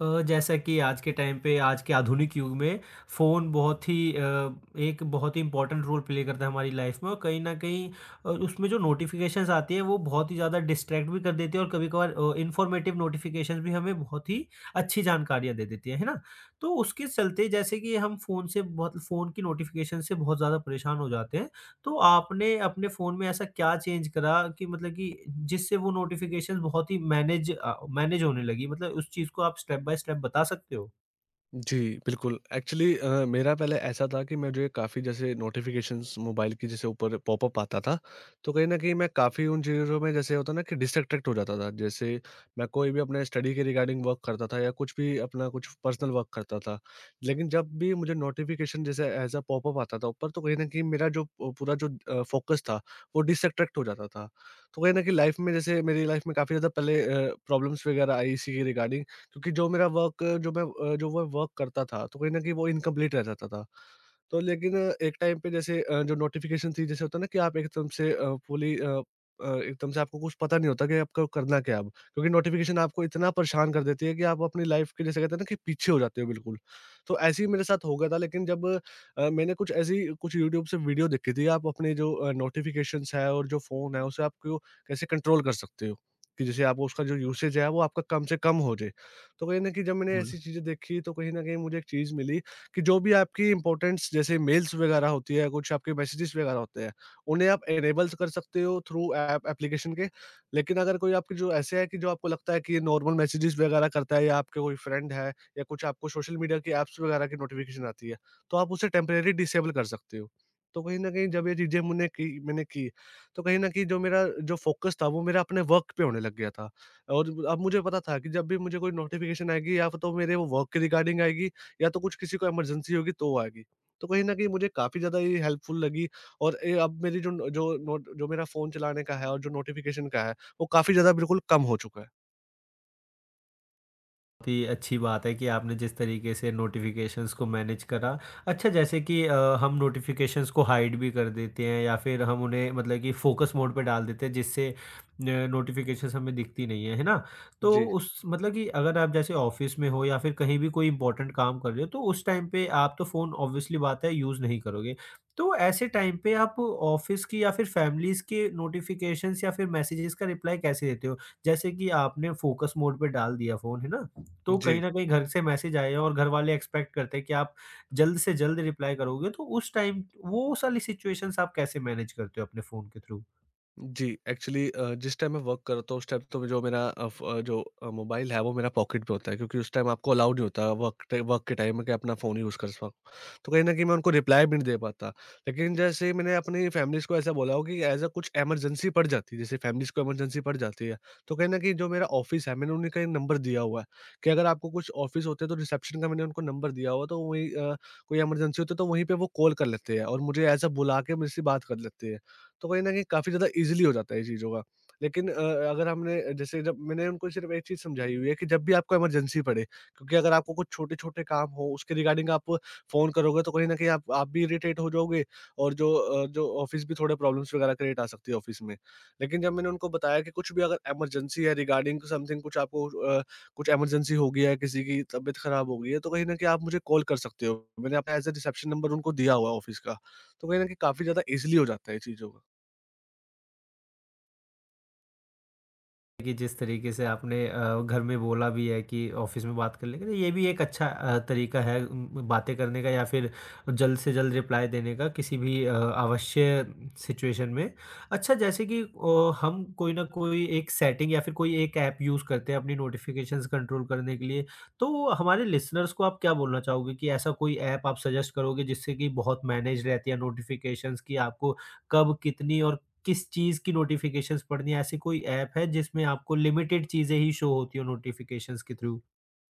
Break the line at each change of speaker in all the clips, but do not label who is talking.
जैसा कि आज के टाइम पे आज के आधुनिक युग में फ़ोन एक बहुत ही इम्पोर्टेंट रोल प्ले करता है हमारी लाइफ में। और कहीं न कहीं उसमें जो नोटिफ़िकेशंस आती हैं वो बहुत ही ज़्यादा डिस्ट्रैक्ट भी कर देती है, और कभी-कभार इन्फॉर्मेटिव नोटिफ़िकेशंस भी हमें बहुत ही अच्छी जानकारियाँ दे देती हैं, है ना? तो उसके चलते, जैसे कि हम फ़ोन की नोटिफ़िकेशन से बहुत ज़्यादा परेशान हो जाते हैं। तो आपने अपने फ़ोन में ऐसा क्या चेंज करा कि, मतलब कि, जिससे वो नोटिफ़िकेशंस बहुत ही मैनेज होने लगी? मतलब उस चीज़ को आप स्टेप बाय स्टेप बता सकते
जी, बिल्कुल। एक्चुअली मेरा पहले ऐसा था कि मुझे काफ़ी जैसे नोटिफ़िकेशंस मोबाइल की जैसे ऊपर पॉपअप आता था, तो कहीं न कहीं मैं काफ़ी उन चीज़ों में जैसे होता है ना कि डिस्ट्रैक्ट हो जाता था। जैसे मैं कोई भी अपने स्टडी के रिगार्डिंग वर्क करता था या कुछ भी अपना कुछ पर्सनल वर्क करता था। लेकिन जब भी मुझे नोटिफ़िकेशन जैसे ऐज़ अ पॉपअप आता था ऊपर, तो कहीं न कहीं मेरा जो पूरा जो फ़ोकस था, वो डिस्ट्रैक्ट हो जाता था। तो कहीं न कहीं लाइफ़ में जैसे मेरी लाइफ़ में काफ़ी ज़्यादा पहले प्रॉब्लम्स वगैरह आई इसी के रिगार्डिंग। क्योंकि जो मेरा वर्क जो मैं वर्क करता था, तो कहीं न कहीं वो इनकम्प्लीट रह जाता था। तो लेकिन एक टाइम पे जैसे जो नोटिफ़िकेशन थी जैसे होता है ना कि आप एकदम से फुली एकदम से आपको कुछ पता नहीं होता कि आपको करना क्या है अब। क्योंकि नोटिफ़िकेशन आपको इतना परेशान कर देती है कि आप अपनी लाइफ़ के जैसे कहते हैं ना कि पीछे हो जाते हो बिल्कुल। तो ऐसे ही मेरे साथ हो गया था, लेकिन जब मैंने कुछ ऐसी कुछ यूट्यूब से वीडियो देखी थी आप अपने जो नोटिफ़िकेशंस है और जो फ़ोन है उसे आपको कैसे कंट्रोल कर सकते हो। कि जैसे आप उसका जो यूसेज है वो आपका कम से कम हो जाए। तो कहीं न कहीं जब मैंने
हो?
ऐसी चीज़ें देखी तो कहीं न कहीं मुझे एक चीज़ मिली कि जो भी आपकी इम्पोर्टेंट्स जैसे मेल्स वगैरह होती है, कुछ आपके मैसेजेस वगैरह होते हैं, उन्हें आप इनेबल्स कर सकते हो थ्रू ऐप एप्लीकेशन के। लेकिन अगर कोई आपके जो ऐसे है कि जो आपको लगता है कि ये नॉर्मल मैसेजेस वगैरह करता है या आपके कोई फ्रेंड है या कुछ आपको सोशल मीडिया की ऐप्स वगैरह की नोटिफ़िकेशन आती है, तो आप उसे टेम्परेरी डिसेबल कर सकते हो। तो कहीं न कहीं जब ये चीज़ें मैंने की, तो कहीं न कहीं जो मेरा जो फ़ोकस था वो मेरा अपने वर्क पे होने लग गया था। और अब मुझे पता था कि जब भी मुझे कोई नोटिफ़िकेशन आएगी या तो मेरे वो वर्क के रिगार्डिंग आएगी या तो कुछ किसी को इमरजेंसी होगी तो वो आएगी। तो कहीं न कहीं मुझे काफ़ी ज़्यादा ये हेल्पफुल लगी और ये अब मेरी जो न जो नोट जो मेरा फ़ोन चलाने का है और जो नोटिफ़िकेशन का है, वो काफ़ी ज़्यादा बिल्कुल कम हो चुका है।
बहुत ही अच्छी बात है कि आपने जिस तरीके से नोटिफिकेशंस को मैनेज करा। अच्छा, जैसे कि हम नोटिफिकेशंस को हाइड भी कर देते हैं, या फिर हम उन्हें, मतलब कि, फ़ोकस मोड पे डाल देते हैं, जिससे नोटिफिकेशंस हमें दिखती नहीं है, है ना? तो
जी,
उस, मतलब कि, अगर आप जैसे ऑफ़िस में हो या फिर कहीं भी कोई इम्पोर्टेंट काम कर रहे हो, तो उस टाइम पे आप तो फ़ोन ऑब्वियसली बात है यूज़ नहीं करोगे। तो ऐसे टाइम पे आप ऑफ़िस की या फिर फ़ैमिलीज़ के नोटिफिकेशंस या फिर मैसेजेस का रिप्लाई कैसे देते हो? जैसे कि आपने फ़ोकस मोड पे डाल दिया फ़ोन, है ना? तो
जी।
कहीं न कहीं घर से मैसेज आए और घर वाले एक्सपेक्ट करते हैं कि आप जल्द से जल्द रिप्लाई करोगे, तो उस टाइम वो सारी सिचुएशंस आप कैसे मैनेज करते हो अपने फ़ोन के थ्रू?
जी, एक्चुअली जिस टाइम मैं वर्क करता हूँ उस टाइम तो जो मेरा अ, फ़ अ, जो अ, मोबाइल है वो मेरा पॉकेट में होता है, क्योंकि उस टाइम आपको अलाउड नहीं होता वर्क के टाइम में कि अपना फ़ोन यूज़ कर पाओ। तो कहीं न कहीं मैं उनको रिप्लाई भी नहीं दे पाता। लेकिन जैसे मैंने अपनी फैमिलीज़ को ऐसा बोला हो कि ऐज़ अ कुछ इमरजेंसी पड़ जाती है, जैसे फैमिलीज़ को इमरजेंसी पड़ जाती है, तो कहीं न कहीं जो मेरा ऑफ़िस है मैंने उन्हें का नंबर दिया हुआ है, कि अगर आपको कुछ ऑफ़िस होते हैं तो रिसेप्शन का मैंने उनको नंबर दिया हुआ है, तो वहीं कोई इमरजेंसी होती है तो वहीं पे वो कॉल कर लेते हैं और मुझे ऐज़ अ बुला के मुझसे बात कर लेते हैं। तो कहीं न कहीं काफ़ी ज़्यादा ईज़िली हो जाता है ये चीज़ों का। लेकिन अगर हमने जैसे जब मैंने उनको सिर्फ़ एक चीज़ समझाई हुई है कि जब भी आपको इमरजेंसी पड़े, क्योंकि अगर आपको कुछ छोटे-छोटे काम हो उसके रिगार्डिंग आप फ़ोन करोगे तो कहीं न कहीं आप भी इरिटेट हो जाओगे और जो ऑफ़िस भी थोड़े प्रॉब्लम्स वगैरह क्रिएट आ सकती है ऑफ़िस में। लेकिन जब मैंने उनको बताया कि कुछ भी अगर इमरजेंसी है रिगार्डिंग समथिंग कुछ आपको अ, कुछ इमरजेंसी हो गई है, किसी की तबीयत ख़राब हो गई है, तो कहीं न कहीं आप मुझे कॉल कर सकते हो। मैंने अपना एज़ अ रिसेप्शन नंबर उनको दिया हुआ है ऑफ़िस का। तो कहीं न कहीं काफ़ी ज़्यादा ईज़िली हो जाता है ये चीज़ों का।
कि जिस तरीके से आपने घर में बोला भी है कि ऑफिस में बात कर लेंगे, तो ये भी एक अच्छा तरीका है बातें करने का, या फिर जल्द से जल्द रिप्लाई देने का, किसी भी अवश्य सिचुएशन में। अच्छा, जैसे कि हम कोई ना कोई एक सेटिंग या फिर कोई एक ऐप यूज़ करते हैं अपनी नोटिफ़िकेशंस कंट्रोल करने के लिए, तो हमारे लिसनर्स को आप क्या बोलना चाहोगे, कि ऐसा कोई ऐप आप सजेस्ट करोगे जिससे कि बहुत मैनेज रहती है नोटिफ़िकेशंस, कि आपको कब, कितनी और किस चीज़ की नोटिफ़िकेशंस पढ़नी है? ऐसी कोई ऐप है जिसमें आपको लिमिटेड चीज़ें ही शो होती हो नोटिफ़िकेशंस के थ्रू?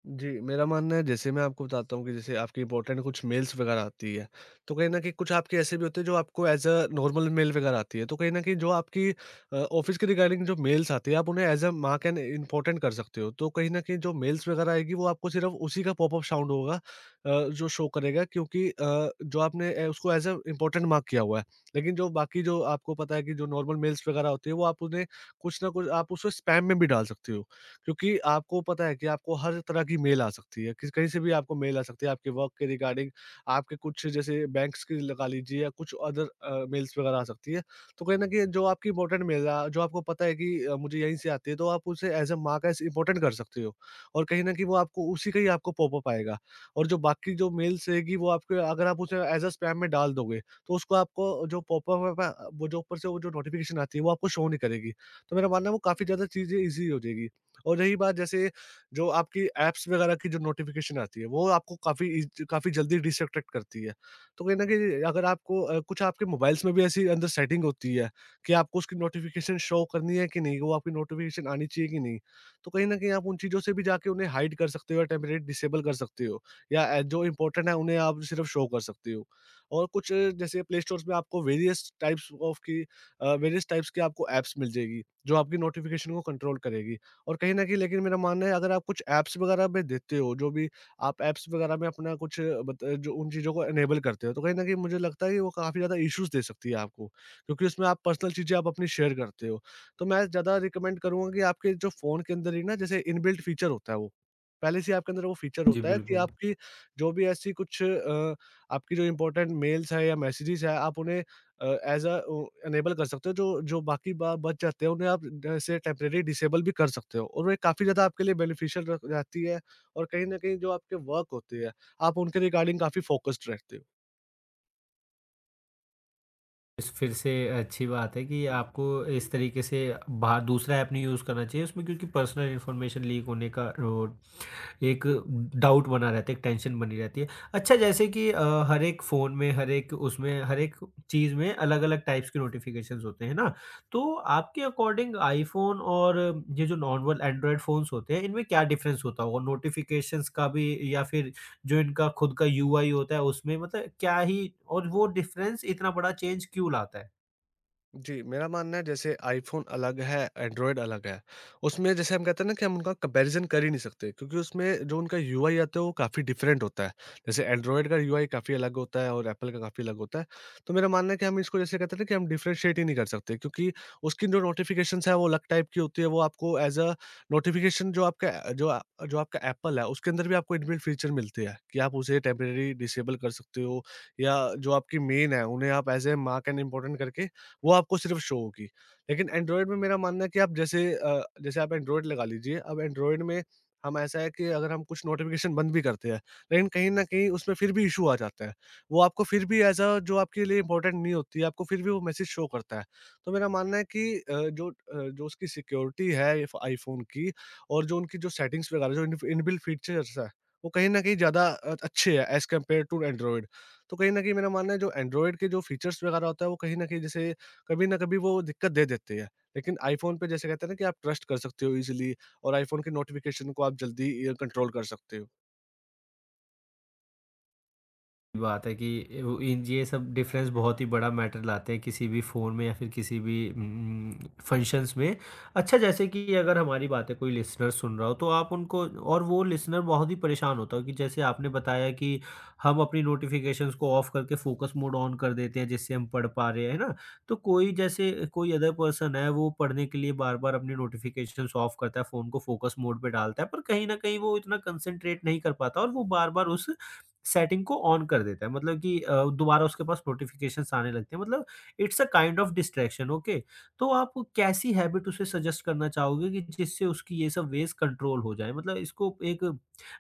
जी, मेरा मानना है जैसे मैं आपको बताता हूँ कि जैसे आपकी इम्पोर्टेंट कुछ मेल्स वगैरह आती है, तो कहीं न कहीं कुछ आपके ऐसे भी होते हैं जो आपको एज़ अ नॉर्मल मेल वगैरह आती है। तो कहीं न कहीं जो आपकी ऑफ़िस के रिगार्डिंग जो मेल्स आती है आप उन्हें as a mark an important कर सकते हो। तो कहीं न कहीं जो मेल्स वगैरह आएगी वो आपको सिर्फ़ उसी का पॉपअप साउंड होगा, जो शो करेगा, क्योंकि जो आपने उसको एज़ अ इम्पोर्टेंट मार्क किया हुआ है। लेकिन जो बाकी जो आपको पता है कि जो नॉर्मल मेल्स वगैरह होती है वो आप उन्हें कुछ न कुछ आप उसको स्पैम में भी डाल सकते हो। क्योंकि आपको पता है कि आपको हर तरह की मेल आ सकती है, किस कहीं से भी आपको मेल आ सकती है, आपके वर्क के रिगार्डिंग, आपके कुछ जैसे बैंक्स की लगा लीजिए या कुछ अदर मेल्स वगैरह आ सकती है। तो कहीं न कहीं जो आपकी इम्पोर्टेंट मेल है, जो आपको पता है कि मुझे यहीं से आती है, तो आप उसे as a mark as important कर सकते हो, और कहीं न कहीं वो आपको उसी का ही आपको पॉपअप आएगा, और जो बाकी जो मेल्स रहेगी वो आपके अगर आप उसे एज़ अ स्पैम में डाल दोगे, तो उसको आपको जो पॉपअप है, वो जो ऊपर से वो जो नोटिफ़िकेशन आती है, वो आपको शो नहीं करेगी। तो मेरा मानना है वो काफ़ी ज़्यादा चीज़ें ईज़ी हो जाएगी। और रही बात जैसे जो आपकी ऐप्स वगैरह की जो नोटिफ़िकेशन आती है, वो आपको काफ़ी जल्दी डिस्ट्रैक्ट करती है। तो कहीं न कहीं अगर आपको कुछ आपके मोबाइल्स में भी ऐसी अंदर सेटिंग होती है कि आपको उसकी नोटिफ़िकेशन शो करनी है कि नहीं, वो आपकी नोटिफ़िकेशन आनी चाहिए कि नहीं। तो कहीं न कहीं आप उन चीज़ों से भी जाके उन्हें हाइड कर सकते हो या टेम्परेरी डिसेबल कर सकते हो, या जो इम्पोर्टेंट है उन्हें आप सिर्फ़ शो कर सकते हो। और कुछ जैसे प्ले स्टोर्स में आपको वेरियस टाइप्स की आपको ऐप्स मिल जाएगी, जो आपकी नोटिफ़िकेशन को कंट्रोल करेगी। और कहीं न कहीं लेकिन मेरा मानना है अगर आप कुछ ऐप्स वगैरह में देते हो, जो भी आप ऐप्स वगैरह में अपना कुछ अ, बत जो उन चीज़ों को इनेबल करते हो, तो कहीं न कहीं मुझे लगता है कि वो काफ़ी ज़्यादा इश्यूज़ दे सकती है आपको, क्योंकि उसमें आप पर्सनल चीज़ें आप अपनी शेयर करते हो। तो मैं ज़्यादा रिकमेंड करूँगा कि आपके जो फ़ोन के अंदर ही ना जैसे इनबिल्ट फ़ीचर होता है वो, पहले से ही आपके अंदर वो फ़ीचर
जी,
होता है कि
बिल्कुल।
आपकी जो भी ऐसी कुछ अ, आपकी जो इम्पोर्टेंट मेल्स हैं या मैसेजेज़ हैं, आप उन्हें अ, एज़ अ, ओ इनेबल कर सकते हो, जो जो बाकी बा बच जाते हैं उन्हें आप ऐसे टेम्परेरी डिसेबल भी कर सकते हो और वे काफ़ी ज़्यादा आपके लिए बेनिफिशियल रह जाती है, और कहीं न कहीं जो आपके वर्क होती है, आप उनके रिगार्डिंग काफ़ी फ़ोकस्ड रहते हो।
इस फिर से अच्छी बात है कि आपको इस तरीके से बाहर दूसरा ऐप नहीं यूज़ करना चाहिए उसमें, क्योंकि पर्सनल इन्फॉर्मेशन लीक होने का रो एक डाउट बना रहता है, एक टेंशन बनी रहती है। अच्छा, जैसे कि हर एक फ़ोन में, हर एक चीज़ में अलग-अलग टाइप्स के नोटिफ़िकेशंस होते हैं ना? तो आपके अकॉर्डिंग आईफ़ोन और ये जो नॉर्मल एंड्रॉयड फ़ोन्स होते हैं, इनमें क्या डिफ़रेंस होता होगा? नोटिफ़िकेशंस का भी, या फिर जो इनका खुद का यूआई होता है उसमें, मतलब क्या ही? और वो डिफ़रेंस इतना बड़ा चेंज क्यों लाता है?
जी, मेरा मानना है जैसे आईफ़ोन अलग है, एंड्रॉयड अलग है। उसमें जैसे हम कहते हैं ना कि हम उनका कंपैरिज़न कर ही नहीं सकते, क्योंकि उसमें जो उनका यूआई आता है वो काफ़ी डिफ़रेंट होता है। जैसे एंड्रॉयड का यूआई काफ़ी अलग होता है और एप्पल का काफ़ी अलग होता है। तो मेरा मानना है कि हम इसको जैसे कहते हैं ना कि हम डिफ़रेंशिएट ही नहीं कर सकते, क्योंकि उसकी जो नोटिफ़िकेशंस है वो अलग टाइप की होती है। वो आपको एज़ अ नोटिफ़िकेशन जो आपका अ, जो आपका एप्पल है उसके अंदर भी आपको इनबिल्ट फ़ीचर मिलते हैं कि आप उसे टेम्परेरी डिसेबल कर सकते हो, या जो आपकी मेल है उन्हें आप as a mark and important करके वो आपको सिर्फ शो होगी। लेकिन एंड्रॉइड में मेरा मानना है कि जैसे आप एंड्रॉइड लगा लीजिए, अब एंड्रॉइड में हम ऐसा है कि अगर हम कुछ नोटिफ़िकेशन बंद भी करते हैं, लेकिन कहीं न कहीं उसमें फिर भी इश्यू आ जाता है। वो आपको फिर भी ऐज़ अ जो आपके लिए इम्पोर्टेंट नहीं होती है, आपको फिर भी वो मैसेज शो करता है। तो मेरा मानना है कि जो उसकी सिक्योरिटी है इफ आईफ़ोन की और जो उनकी जो सेटिंग्स वगैरह जो इनफ इनबिल्ट फीचर्स हैं, वो कहीं न कहीं ज़्यादा अच्छे हैं एज़ कम्पेयर टू एंड्रॉइड। तो कहीं न कहीं मेरा मानना है जो एंड्रॉइड के जो फीचर्स वगैरह होता है, वो कहीं न कहीं जैसे कभी न कभी वो दिक्कत दे देते हैं। लेकिन आईफ़ोन पे जैसे कहते हैं ना कि आप ट्रस्ट कर सकते हो ईज़िली, और आईफ़ोन के नोटिफ़िकेशन को आप जल्दी कंट्रोल कर सकते हो।
बात है कि वो, इन ये सब डिफरेंस बहुत ही बड़ा मैटर लाते हैं किसी भी फ़ोन में, या फिर किसी भी फंक्शंस में। अच्छा, जैसे कि अगर हमारी बातें कोई लिसनर सुन रहा हो, तो आप उनको, और वो लिसनर बहुत ही परेशान होता हो, कि जैसे आपने बताया कि हम अपनी नोटिफ़िकेशंस को ऑफ करके फोकस मोड ऑन कर देते हैं जिससे हम पढ़ पा रहे हैं, है ना? तो कोई, जैसे कोई अदर पर्सन है वो पढ़ने के लिए बार-बार अपनी नोटिफ़िकेशंस ऑफ करता है, फ़ोन को फोकस मोड पे डालता है, पर कहीं न कहीं वो इतना कंसंट्रेट नहीं कर पाता, और वो बार-बार उस सेटिंग को ऑन कर देता है, मतलब कि दोबारा उसके पास नोटिफ़िकेशंस आने लगते हैं। मतलब, it's a kind of distraction, okay. तो आप कैसी हैबिट उसे सजेस्ट करना चाहोगे कि जिससे उसकी ये सब वेज़ कंट्रोल हो जाए? मतलब इसको एक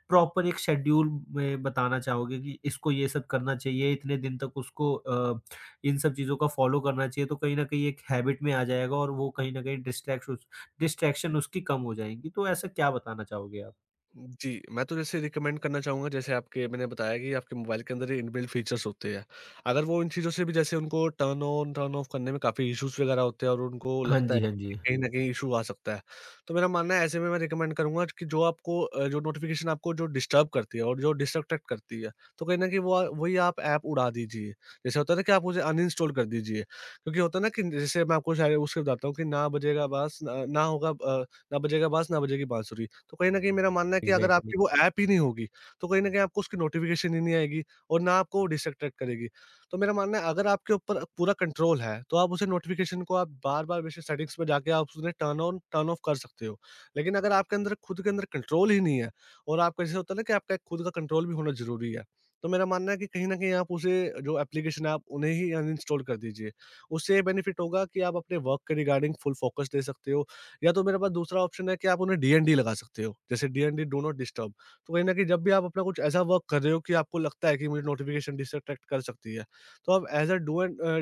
प्रॉपर एक शेड्यूल में बताना चाहोगे कि इसको ये सब करना चाहिए, इतने दिन तक उसको इन सब चीज़ों का फ़ॉलो करना चाहिए, तो कहीं न कहीं एक हैबिट में आ जाएगा, और वो कहीं न कहीं डिस्ट्रैक्शन डिस्ट्रैक्शन उसकी कम हो जाएँगी। तो ऐसा क्या बताना चाहोगे आप?
जी, मैं तो जैसे रिकमेंड करना चाहूँगा। जैसे आपके मैंने बताया कि आपके मोबाइल के अंदर ही इनबिल्ट फीचर्स होते हैं। अगर वो इन चीज़ों से भी जैसे उनको टर्न ऑन टर्न ऑफ करने में काफ़ी इश्यूज़ वग़ैरह होते हैं और उनको
हाँ
लगता
जी,
है
हाँ जी।
कि कहीं न कहीं इश्यू आ सकता है। तो मेरा मानना है ऐसे में मैं रिकमेंड करूँगा कि जो आपको जो नोटिफ़िकेशन आपको जो डिस्टर्ब करती है और जो डिस्ट्रैक्ट करती है, तो कहीं न कहीं वो वही आप ऐप उड़ा दीजिए। जैसे होता है ना कि आप उसे अनइंस्टॉल कर दीजिए। क्योंकि होता है ना कि जैसे मैं आपको शायद उससे बताता हूँ कि ना बजेगा बाँस ना ना होगा ना बजेगा बाँस ना बजेगी बाँसुरी। तो कहीं न कहीं मेरा मानना है कि अगर
एग्ज़ैक्टली।
आपकी वो ऐप ही नहीं होगी, तो कहीं न कहीं आपको उसकी नोटिफ़िकेशन ही नहीं आएगी और ना आपको वो डिसअट्रैक्ट करेगी। तो मेरा मानना है अगर आपके ऊपर पूरा कंट्रोल है, तो आप उसे नोटिफ़िकेशन को आप बार-बार वैसे सेटिंग्स में जाके आप उन्हें टर्न ऑन टर्न ऑफ कर सकते हो। लेकिन अगर आपके अंदर खुद के अंदर कंट्रोल ही नहीं है और आपको ऐसे होता है ना कि आपका एक खुद का कंट्रोल भी होना ज़रूरी है। तो मेरा मानना है कि कहीं न कहीं आप उसे जो एप्लीकेशन है आप उन्हें ही अनइंस्टॉल कर दीजिए। उससे ये बेनिफिट होगा कि आप अपने वर्क के रिगार्डिंग फुल फ़ोकस दे सकते हो। या तो मेरे पास दूसरा ऑप्शन है कि आप उन्हें डीएनडी लगा सकते हो, जैसे डीएनडी डू नॉट डिस्टर्ब। तो कहीं न कहीं जब भी आप अपना कुछ ऐसा वर्क कर रहे हो कि आपको लगता है कि मुझे नोटिफ़िकेशन डिस्ट्रैक्ट कर सकती है, तो आप as a do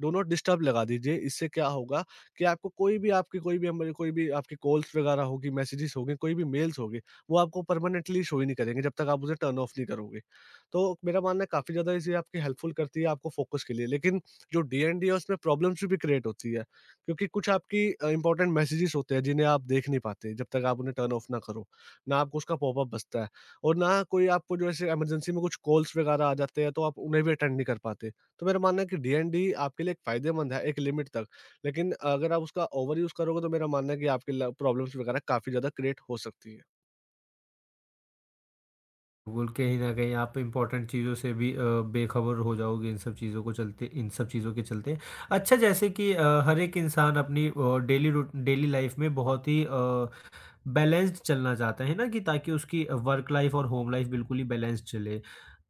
do not disturb लगा दीजिए। इससे क्या होगा कि आपको कोई भी आपकी कोई भी हमारी कोई भी आपकी कॉल्स वगैरह होगी, मैसेजेस होंगे, कोई भी मेल्स होंगे, वो आपको परमानेंटली शो ही नहीं करेंगे जब तक आप उसे टर्न ऑफ नहीं करोगे। तो मेरा मानना है काफ़ी ज़्यादा ये चीज़ आपकी हेल्पफुल करती है आपको फ़ोकस के लिए। लेकिन जो डीएनडी है उसमें प्रॉब्लम्स भी क्रिएट होती है। क्योंकि कुछ आपकी इंपॉर्टेंट मैसेजेस होते हैं जिन्हें आप देख नहीं पाते जब तक आप उन्हें टर्न ऑफ ना करो। ना आपको उसका पॉपअप बजता है और ना कोई आपको जो ऐसे इमरजेंसी में कुछ कॉल्स वगैरह आ जाते हैं, तो आप उन्हें भी अटेंड नहीं कर पाते। तो मेरा मानना है कि डीएनडी आपके लिए एक फ़ायदेमंद है एक लिमिट तक। लेकिन अगर आप उसका ओवर यूज़ करोगे, तो मेरा मानना है कि आपके ल प्रॉब्लम्स वगैरह काफ़ी ज़्यादा क्रिएट हो सकती है।
बिल्कुल, कहीं न कहीं आप इम्पोर्टेंट चीज़ों से भी बेखबर हो जाओगे इन सब चीज़ों के चलते। अच्छा, जैसे कि हर एक इंसान अपनी डेली लाइफ़ में बहुत ही बैलेंस्ड चलना चाहते हैं ना, कि ताकि उसकी वर्क लाइफ और होम लाइफ बिल्कुल ही बैलेंस्ड चले।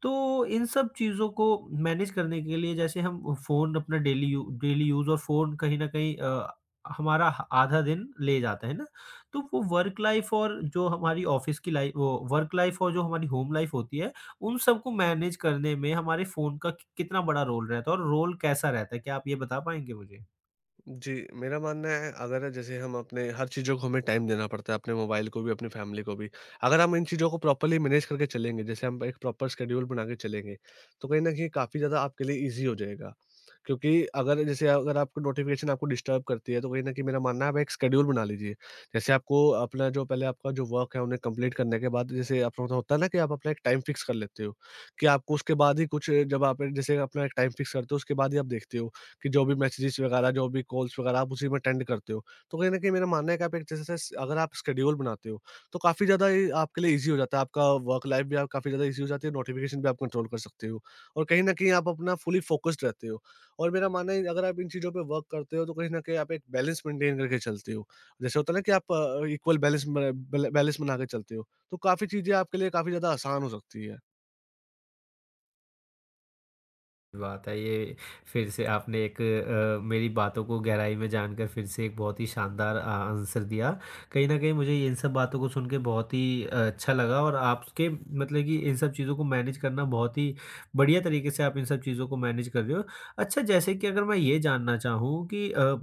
तो इन सब चीज़ों को मैनेज करने के लिए, जैसे हम फ़ोन अपना डेली यूज़, और फ़ोन कहीं न कहीं हमारा ह आधा दिन ले जाता है ना? तो वो वर्क लाइफ और जो हमारी ऑफ़िस की लाइ वो वर्क लाइफ और जो हमारी होम लाइफ होती है, उन सबको मैनेज करने में हमारे फ़ोन का, कि कितना बड़ा रोल रहता है और रोल कैसा रहता है? क्या आप ये बता पाएँगे मुझे?
जी, मेरा मानना है अगर जैसे हम अपने हर चीज़ों को हमें टाइम देना पड़ता है, अपने मोबाइल को भी, अपनी फैमिली को भी। अगर हम इन चीज़ों को प्रॉपर्ली मैनेज करके चलेंगे, जैसे हम एक प्रॉपर शेड्यूल बना के चलेंगे, तो कहीं न कहीं काफ़ी ज़्यादा आपके लिए ईज़ी हो जाएगा। क्योंकि अगर आपको नोटिफ़िकेशन आपको डिस्टर्ब करती है, तो कहीं न कहीं मेरा मानना है आप एक शेड्यूल बना लीजिए। जैसे आपको अपना जो पहले आपका जो वर्क है, उन्हें कंप्लीट करने के बाद जैसे अपना होता है ना कि आप अपना एक टाइम फिक्स कर लेते हो, कि आपको उसके बाद ही कुछ जब आप जैसे अपना एक टाइम फिक्स करते हो, उसके बाद ही आप देखते हो कि जो भी मैसेजेस वगैरह, जो भी कॉल्स वगैरह आप उसी में अटेंड करते हो। तो कहीं न कहीं मेरा मानना है कि आप एक तरह से अगर आप शेड्यूल बनाते हो, तो काफ़ी ज़्यादा ये आपके लिए ईज़ी हो जाता है। आपका वर्क लाइफ़ भी आप काफ़ी ज़्यादा ईज़ी हो जाती है, नोटिफ़िकेशन भी आप कंट्रोल कर सकते हो और कहीं न कहीं आप अपना फुली फ़ोकस्ड रहते हो। और मेरा मानना है अगर आप इन चीज़ों पे वर्क करते हो, तो कहीं न कहीं आप एक बैलेंस मेंटेन करके चलते हो। जैसे होता है ना कि आप इक्वल बैलेंस बना के चलते हो, तो काफ़ी चीज़ें आपके लिए काफ़ी ज़्यादा आसान हो सकती है।
बात है, ये फिर से आपने एक मेरी बातों को गहराई में जानकर फिर से एक बहुत ही शानदार आंसर दिया। कहीं न कहीं मुझे इन सब बातों को सुन के बहुत ही अच्छा लगा, और आपके, मतलब कि, इन सब चीज़ों को मैनेज करना, बहुत ही बढ़िया तरीके से आप इन सब चीज़ों को मैनेज कर रहे हो। अच्छा, जैसे कि अगर मैं ये जानना चाहूँ कि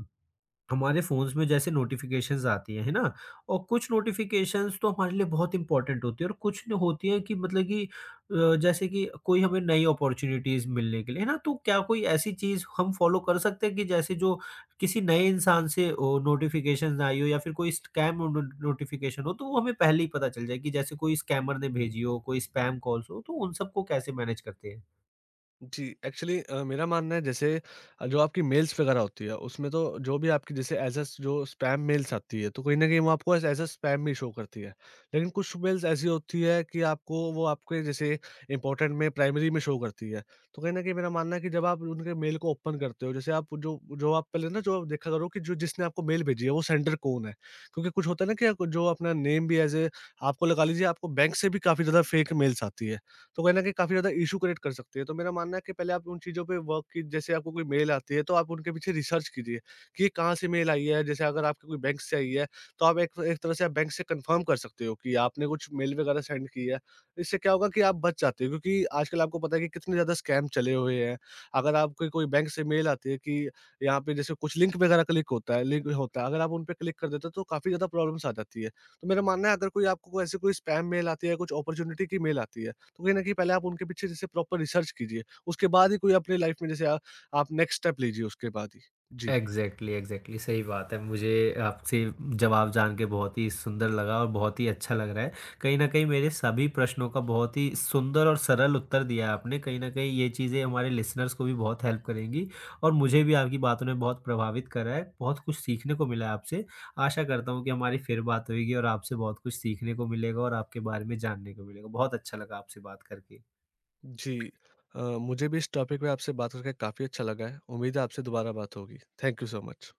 हमारे फ़ोन्स में जैसे नोटिफ़िकेशंस आती हैं, है ना? और कुछ नोटिफ़िकेशंस तो हमारे लिए बहुत इम्पोर्टेंट होती है, और कुछ न होती हैं, कि मतलब कि, जैसे कि कोई हमें नई अपॉर्च्युनिटीज़ मिलने के लिए, है ना? तो क्या कोई ऐसी चीज़ हम फ़ॉलो कर सकते हैं कि जैसे जो किसी नए इंसान से ओ नोटिफ़िकेशंस आई हो, या फिर कोई स्कैम नोटिफ़िकेशन हो, तो वो हमें पहले ही पता चल जाए कि जैसे कोई स्कैमर ने भेजी हो, कोई स्पैम कॉल्स हो, तो उन सबको कैसे मैनेज करते हैं?
जी, मेरा मानना है जैसे जो आपकी मेल्स वगैरह होती है, उसमें तो जो भी आपकी जैसे जो स्पैम मेल्स आती है, तो कहीं न कहीं वो आपको एज़ एज़ अ, स्पैम भी शो करती है। लेकिन कुछ मेल्स ऐसी होती है कि आपको वो आपके जैसे इम्पोर्टेंट में प्राइमरी में शो करती है। तो कहीं न कहीं मेरा मानना है कि जब आप उनके मेल को ओपन करते हो, जैसे आप जो जो आप पहले ना जो आप देखा करो कि जो जिसने आपको मेल भेजी है, वो सेंडर कौन है? क्योंकि कुछ होता है ना कि आपको जो अपना नेम भी एज़ ए आपको लगा लीजिए आपको बैंक से भी काफ़ी ज़्यादा फेक मेल्स आती है। तो कहीं न कहीं काफ़ी ज़्यादा इश्यू क्रिएट कर सकती है। तो मेरा मानना है कि पहले आप उन चीज़ों पे वर्क की जैसे आपको कोई मेल आती है, तो आप उनके पीछे रिसर्च कीजिए कि ये कहाँ से मेल आई है। जैसे अगर आपकी कोई बैंक से आई है, तो आप एक एक तरह से आप बैंक से कन्फर्म कर सकते हो कि आपने कुछ मेल वगैरह सेंड की है। इससे क्या होगा कि आप बच जाते हो, क्योंकि आजकल आपको पता है कि कितने ज़्यादा स्कैम चले हुए हैं। अगर आपको कोई बैंक से मेल आती है कि यहाँ पे जैसे कुछ लिंक होता है, अगर आप उन पे क्लिक कर देते हो, तो काफ़ी ज़्यादा प्रॉब्लम्स आ जाती है। तो मेरा मानना है अगर कोई आपको ऐसे कोई स्पैम मेल आती है, कुछ अपॉर्च्युनिटी की मेल आती है, तो कहीं न कहीं पहले आप उनके पीछे जैसे प्रॉपर रिसर्च कीजिए, उसके बाद ही कोई अपनी लाइफ़ में जैसे आप नेक्स्ट स्टेप लीजिए उसके बाद ही। जी।
एग्जैक्टली, एग्जैक्टली, सही बात है। मुझे आपसे जवाब जान के बहुत ही सुंदर लगा और बहुत ही अच्छा लग रहा है। कहीं न कहीं मेरे सभी प्रश्नों का बहुत ही सुंदर और सरल उत्तर दिया है आपने। कहीं न कहीं ये चीज़ें हमारे लिसनर्स को भी बहुत हेल्प करेंगी, और मुझे भी आपकी बातों ने बहुत प्रभावित करा है। बहुत कुछ सीखने को मिला है आपसे। आशा करता हूँ कि हमारी फिर बात होएगी, और आपसे बहुत कुछ सीखने को मिलेगा और आपके बारे में जानने को मिलेगा। बहुत अच्छा लगा आपसे बात करके।
जी। मुझे भी इस टॉपिक पे आपसे बात करके काफ़ी अच्छा लगा है। उम्मीद है आपसे दोबारा बात होगी। Thank you so much.